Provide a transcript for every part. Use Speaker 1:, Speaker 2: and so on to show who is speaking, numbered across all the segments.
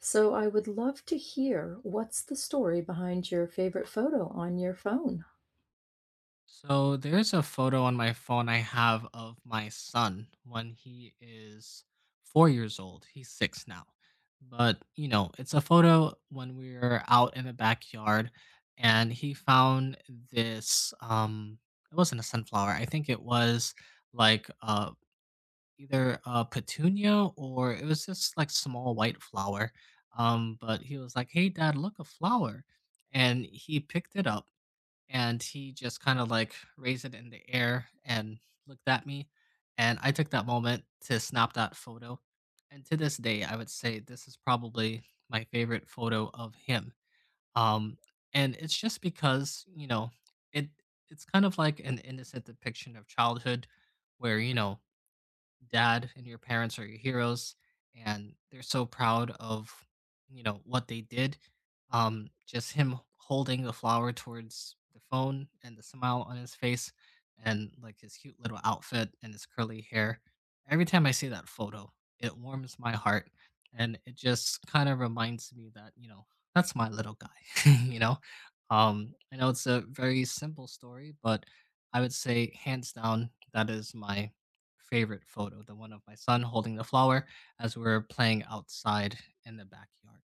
Speaker 1: So I would love to hear what's the story behind your favorite photo on your phone?
Speaker 2: So there's a photo on my phone I have of my son when he is 4 years old. He's six now. But, it's a photo when we were out in the backyard and he found this it wasn't a sunflower. I think it was like either a petunia or it was just like small white flower. But he was like, "Hey dad, look a flower." And he picked it up and he just kind of like raised it in the air and looked at me, and I took that moment to snap that photo. And to this day I would say this is probably my favorite photo of him um and it's just because it it's kind of like an innocent depiction of childhood where, dad and your parents are your heroes and they're so proud of, what they did. Just him holding the flower towards the phone and the smile on his face and like his cute little outfit and his curly hair. Every time I see that photo, it warms my heart, and it just kind of reminds me that, that's my little guy. I know it's a very simple story, but I would say hands down that is my favorite photo, the one of my son holding the flower as we're playing outside in the backyard.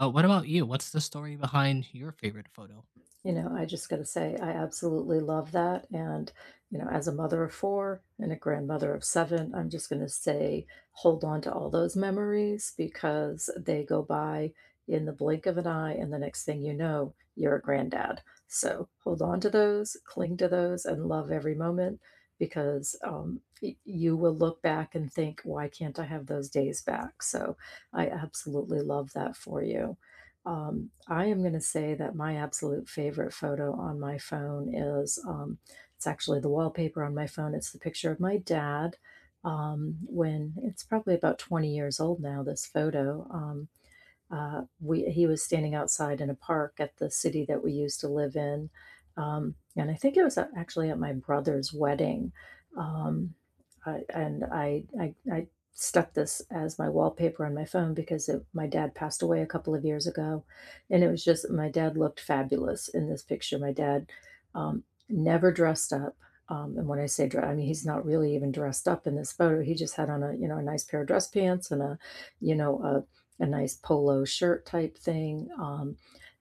Speaker 2: What about you? What's the story behind your favorite photo?
Speaker 1: You know, I just got to say, I absolutely love that. And, you know, as a mother of four and a grandmother of seven, I'm just going to say, hold on to all those memories because they go by in the blink of an eye. And the next thing you know, you're a granddad. So hold on to those, cling to those, and love every moment because you will look back and think, why can't I have those days back? So I absolutely love that for you. I am going to say that my absolute favorite photo on my phone is it's actually the wallpaper on my phone. It's the picture of my dad when it's probably about 20 years old now, this photo. We He was standing outside in a park at the city that we used to live in, and I think it was actually at my brother's wedding, um, and I stuck this as my wallpaper on my phone because it, my dad passed away a couple of years ago, and it was just my dad looked fabulous in this picture. My dad um, never dressed up. And when I say dress, I mean he's not really even dressed up in this photo. He just had on a you know a nice pair of dress pants and a you know a nice polo shirt type thing,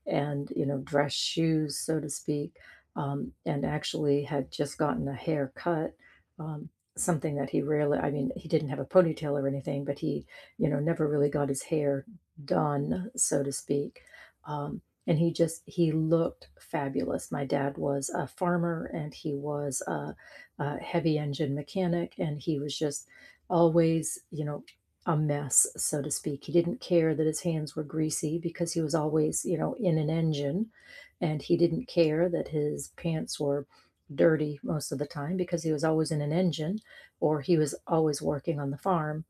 Speaker 1: and you know, dress shoes, so to speak, and actually had just gotten a haircut. Um, Something that he rarely, I mean, he didn't have a ponytail or anything, but he, you know, never really got his hair done, so to speak. Um, and he just he looked fabulous. My dad was a farmer, and he was a heavy engine mechanic, and he was just always, you know, a mess, so to speak. He didn't care that his hands were greasy because he was always, you know, in an engine. And he didn't care that his pants were dirty most of the time because he was always in an engine or he was always working on the farm.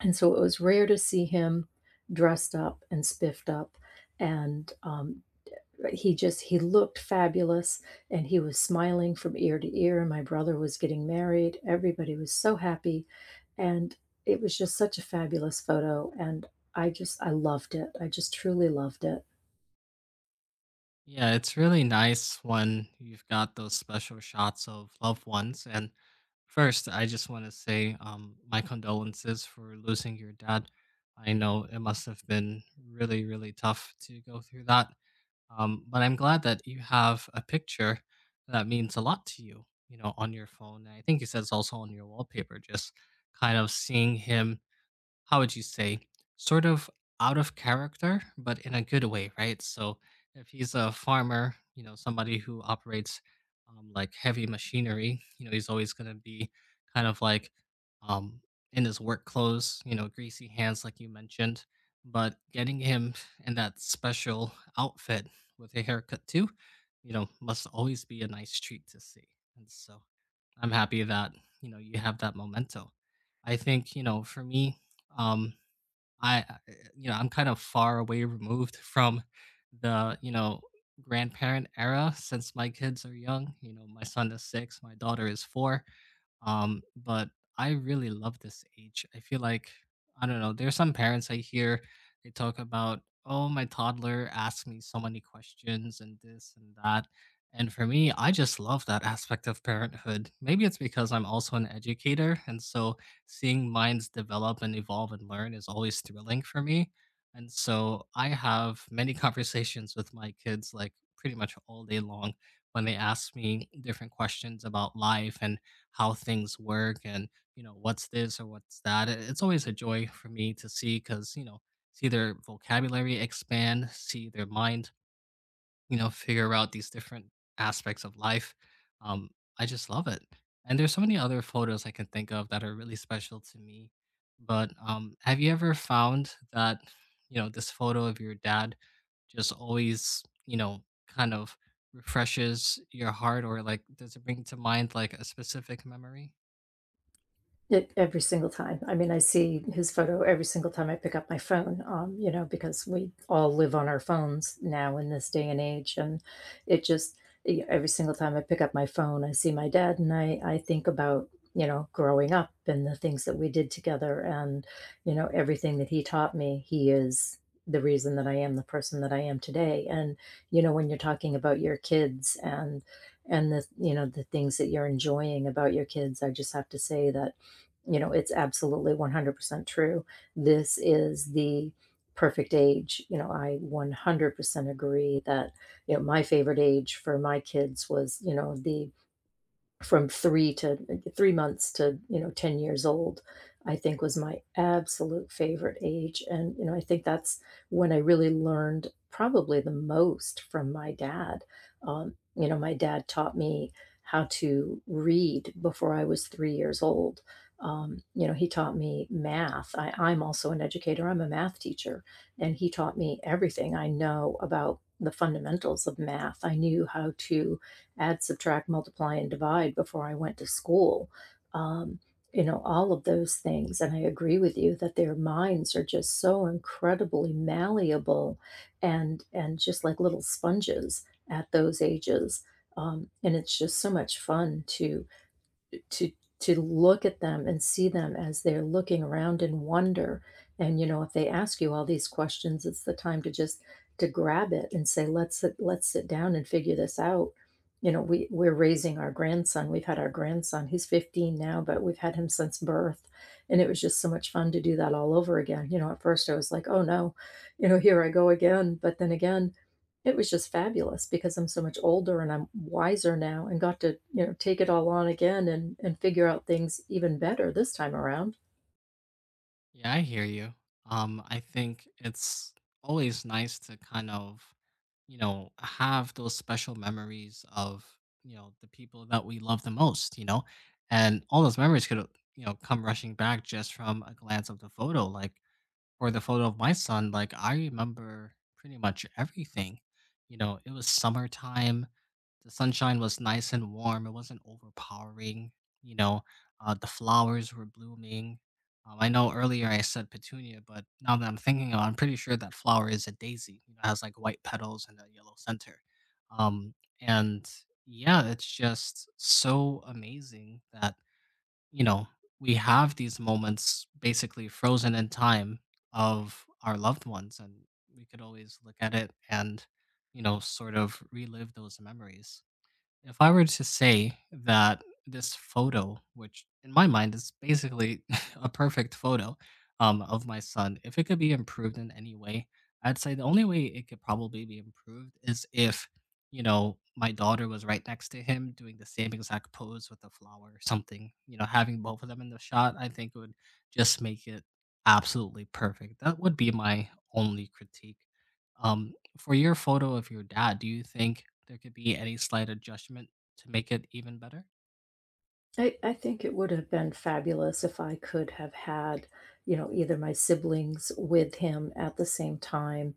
Speaker 1: And so it was rare to see him dressed up and spiffed up and he looked fabulous, and he was smiling from ear to ear. My brother was getting married, everybody was so happy, and it was just such a fabulous photo, and I just I loved it. I just truly loved it.
Speaker 2: Yeah, it's really nice when you've got those special shots of loved ones. And first, I just want to say, my condolences for losing your dad. I know it must have been really, really tough to go through that. But I'm glad that you have a picture that means a lot to you, on your phone. And I think you said it's also on your wallpaper, just kind of seeing him. How would you say, sort of out of character, but in a good way, right? So if he's a farmer, somebody who operates, like heavy machinery, he's always going to be kind of like, um, in his work clothes, greasy hands, like you mentioned. But getting him in that special outfit with a haircut too, must always be a nice treat to see. And so I'm happy that, you have that memento. I think, for me, um, I, I- I'm kind of far away removed from the, grandparent era since my kids are young. My son is six, my daughter is four. But I really love this age. I feel like I don't know. There's some parents I hear, they talk about, "Oh, my toddler asks me so many questions and this and that." And for me, I just love that aspect of parenthood. Maybe it's because I'm also an educator. And so seeing minds develop and evolve and learn is always thrilling for me. And so I have many conversations with my kids, like pretty much all day long, when they ask me different questions about life and how things work and, what's this or what's that. It's always a joy for me to see because, see their vocabulary expand, see their mind, figure out these different aspects of life. Um, I just love it. And there's so many other photos I can think of that are really special to me. But have you ever found that, this photo of your dad just always, kind of refreshes your heart, or like does it bring to mind like a specific memory?
Speaker 1: It every single time. I mean, I see his photo every single time I pick up my phone, you know, because we all live on our phones now in this day and age, and it just e every single time I pick up my phone, I see my dad, and I think about, you know, growing up and the things that we did together and, you know, everything that he taught me. He is the reason that I am the person that I am today, and, you know, when you're talking about your kids and and the things that you're enjoying about your kids, I just have to say that you know, it's absolutely 100% true. This is the perfect age. You know, I 100% agree that, you know, my favorite age for my kids was, you know, the from 3 to 3 months to, you know, 10 years old, I think was my absolute favorite age, and, you know, I think that's when I really learned probably the most from my dad. You know, my dad taught me how to read before I was 3 years old. You know, he taught me math. I'm also an educator, I'm a math teacher, and he taught me everything I know about the fundamentals of math. I knew how to add, subtract, multiply, and divide before I went to school. Um, you know, all of those things. And I agree with you that their minds are just so incredibly malleable and just like little sponges at those ages. And it's just so much fun to to look at them and see them as they're looking around in wonder. And, you know, if they ask you all these questions, it's the time to just to grab it and say, let's sit down and figure this out. You know, we're raising our grandson. We've had our grandson. He's 15 now, but we've had him since birth. And it was just so much fun to do that all over again. You know, at first I was like, oh no, you know, here I go again. But then again, it was just fabulous because I'm so much older and I'm wiser now and got to, you know, take it all on again and figure out things even better this time around.
Speaker 2: Yeah, I hear you. I think it's always nice to kind of, have those special memories of, the people that we love the most, and all those memories could, come rushing back just from a glance of the photo. Like, or the photo of my son, like I remember pretty much everything. It was summertime. The sunshine was nice and warm. It wasn't overpowering. You know, the flowers were blooming. I know earlier I said petunia, but now that I'm thinking about it, I'm pretty sure that flower is a daisy. It has like white petals and a yellow center. Um, and yeah, it's just so amazing that, you know, we have these moments basically frozen in time of our loved ones, and we could always look at it and, sort of relive those memories. If I were to say that this photo, which in my mind is basically a perfect photo, of my son, if it could be improved in any way, I'd say the only way it could probably be improved is if, my daughter was right next to him doing the same exact pose with a flower or something. Having both of them in the shot, I think would just make it absolutely perfect. That would be my only critique. Um, for your photo of your dad, do you think there could be any slight adjustment to make it even better?
Speaker 1: I think it would have been fabulous if I could have had, you know, either my siblings with him at the same time,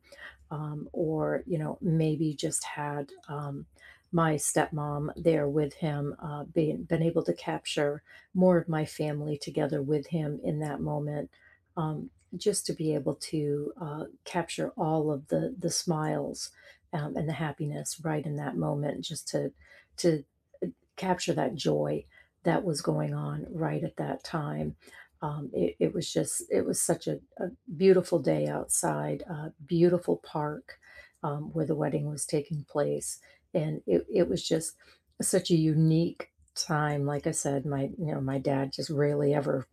Speaker 1: or, you know, maybe just had, my stepmom there with him, being been able to capture more of my family together with him in that moment, um, just to be able to, capture all of the smiles, and the happiness right in that moment, just to, uh, capture that joy that was going on right at that time. It was just, it was such a beautiful day outside, beautiful park where the wedding was taking place. And it was just such a unique time. Like I said, you know, my dad just rarely ever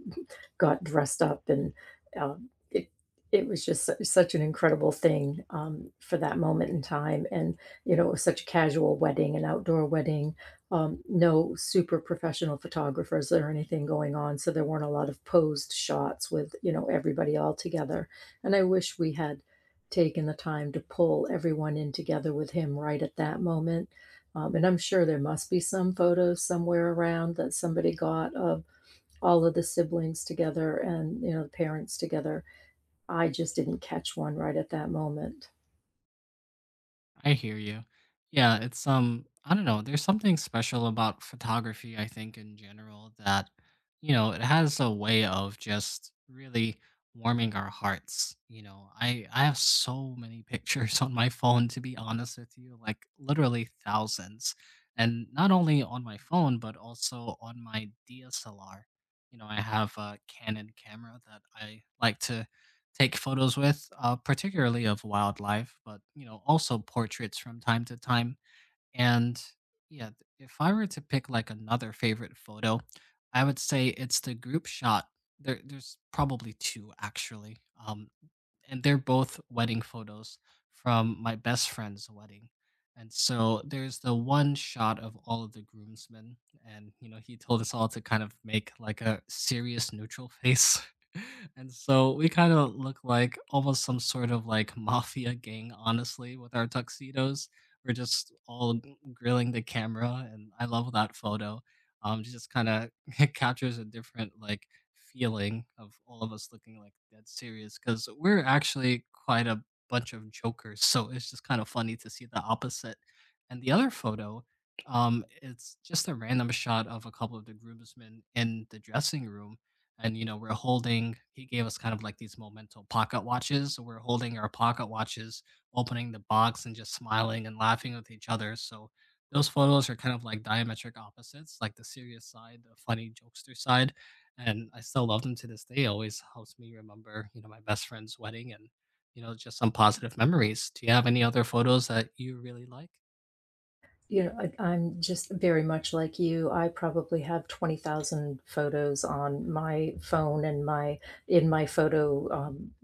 Speaker 1: got dressed up and um, it it was just such an incredible thing for that moment in time. And you know, it was such a casual wedding, an outdoor wedding, no super professional photographers or anything going on, so there weren't a lot of posed shots with you know everybody all together. And I wish we had taken the time to pull everyone in together with him right at that moment. And I'm sure there must be some photos somewhere around that somebody got of all of the siblings together and you know the parents together. I just didn't catch one right at that moment.
Speaker 2: I hear you. Yeah, it's I don't know, there's something special about photography I think in general that, it has a way of just really warming our hearts. I have so many pictures on my phone, to be honest with you, like literally thousands. And not only on my phone but also on my DSLR. I have a Canon camera that I like to take photos with, particularly of wildlife, but, also portraits from time to time. And yeah, if I were to pick like another favorite photo, I would say it's the group shot. There's probably two actually. Um, and they're both wedding photos from my best friend's wedding. And so there's the one shot of all of the groomsmen, and, he told us all to kind of make like a serious neutral face. And so we kind of look like almost some sort of like mafia gang, honestly, with our tuxedos. We're just all grilling the camera, and I love that photo. Just kind of captures a different like feeling of all of us looking like dead serious because we're actually quite a bunch of jokers. So it's just kind of funny to see the opposite. And the other photo, it's just a random shot of a couple of the groomsmen in the dressing room. And, we're holding, he gave us kind of like these memento pocket watches. So we're holding our pocket watches, opening the box and just smiling and laughing with each other. So those photos are kind of like diametric opposites, like the serious side, the funny jokester side, and I still love them to this day. It always helps me remember, my best friend's wedding, and, just some positive memories. Do you have any other photos that you really like?
Speaker 1: You know, I'm just very much like you. I probably have 20,000 photos on my phone and my in my photo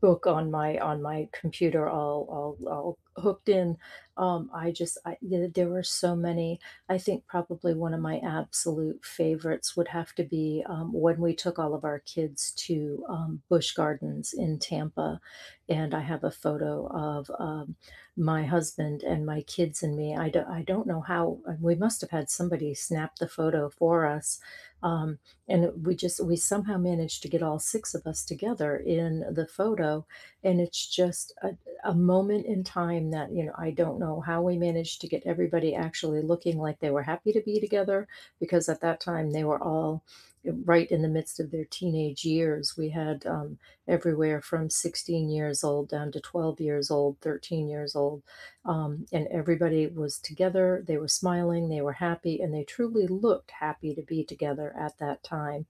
Speaker 1: book on my computer all hooked in yeah, there were so many. I think probably one of my absolute favorites would have to be when we took all of our kids to bush gardens in tampa, and I have a photo of my husband and my kids and me. I don't know how we must have had somebody snap the photo for us. Um, and we just we somehow managed to get all six of us together in the photo, and it's just a moment in time that you know I don't know how we managed to get everybody actually looking like they were happy to be together because at that time they were all right in the midst of their teenage years. We had everywhere from 16 years old down to 12 years old, 13 years old. And everybody was together. They were smiling. They were happy. And they truly looked happy to be together at that time.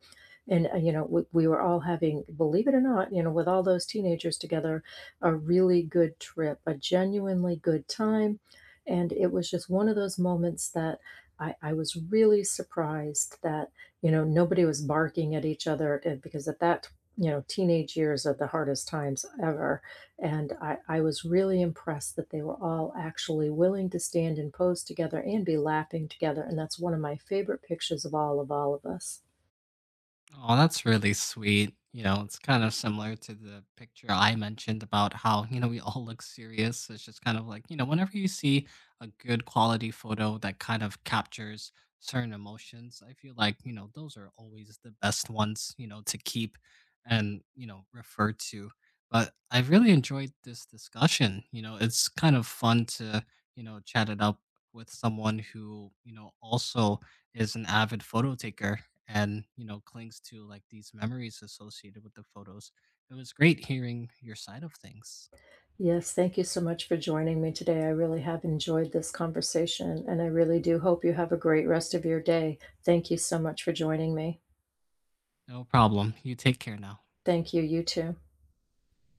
Speaker 1: And, you know, we were all having, believe it or not, you know, with all those teenagers together, a really good trip, a genuinely good time. And it was just one of those moments that I was really surprised that, you know, nobody was barking at each other because at that, you know, teenage years are the hardest times ever, and I was really impressed that they were all actually willing to stand and pose together and be laughing together. And that's one of my favorite pictures of all of us.
Speaker 2: Oh, that's really sweet. It's kind of similar to the picture I mentioned about how, we all look serious. It's just kind of like, whenever you see a good quality photo that kind of captures certain emotions. I feel like, those are always the best ones, to keep and, refer to. But I really enjoyed this discussion. It's kind of fun to, chat it up with someone who, also is an avid photo taker and, clings to like these memories associated with the photos. It was great hearing your side of things.
Speaker 1: Yes, thank you so much for joining me today. I really have enjoyed this conversation, and I really do hope you have a great rest of your day. Thank you so much for joining me.
Speaker 2: No problem. You take care now.
Speaker 1: Thank you, you too.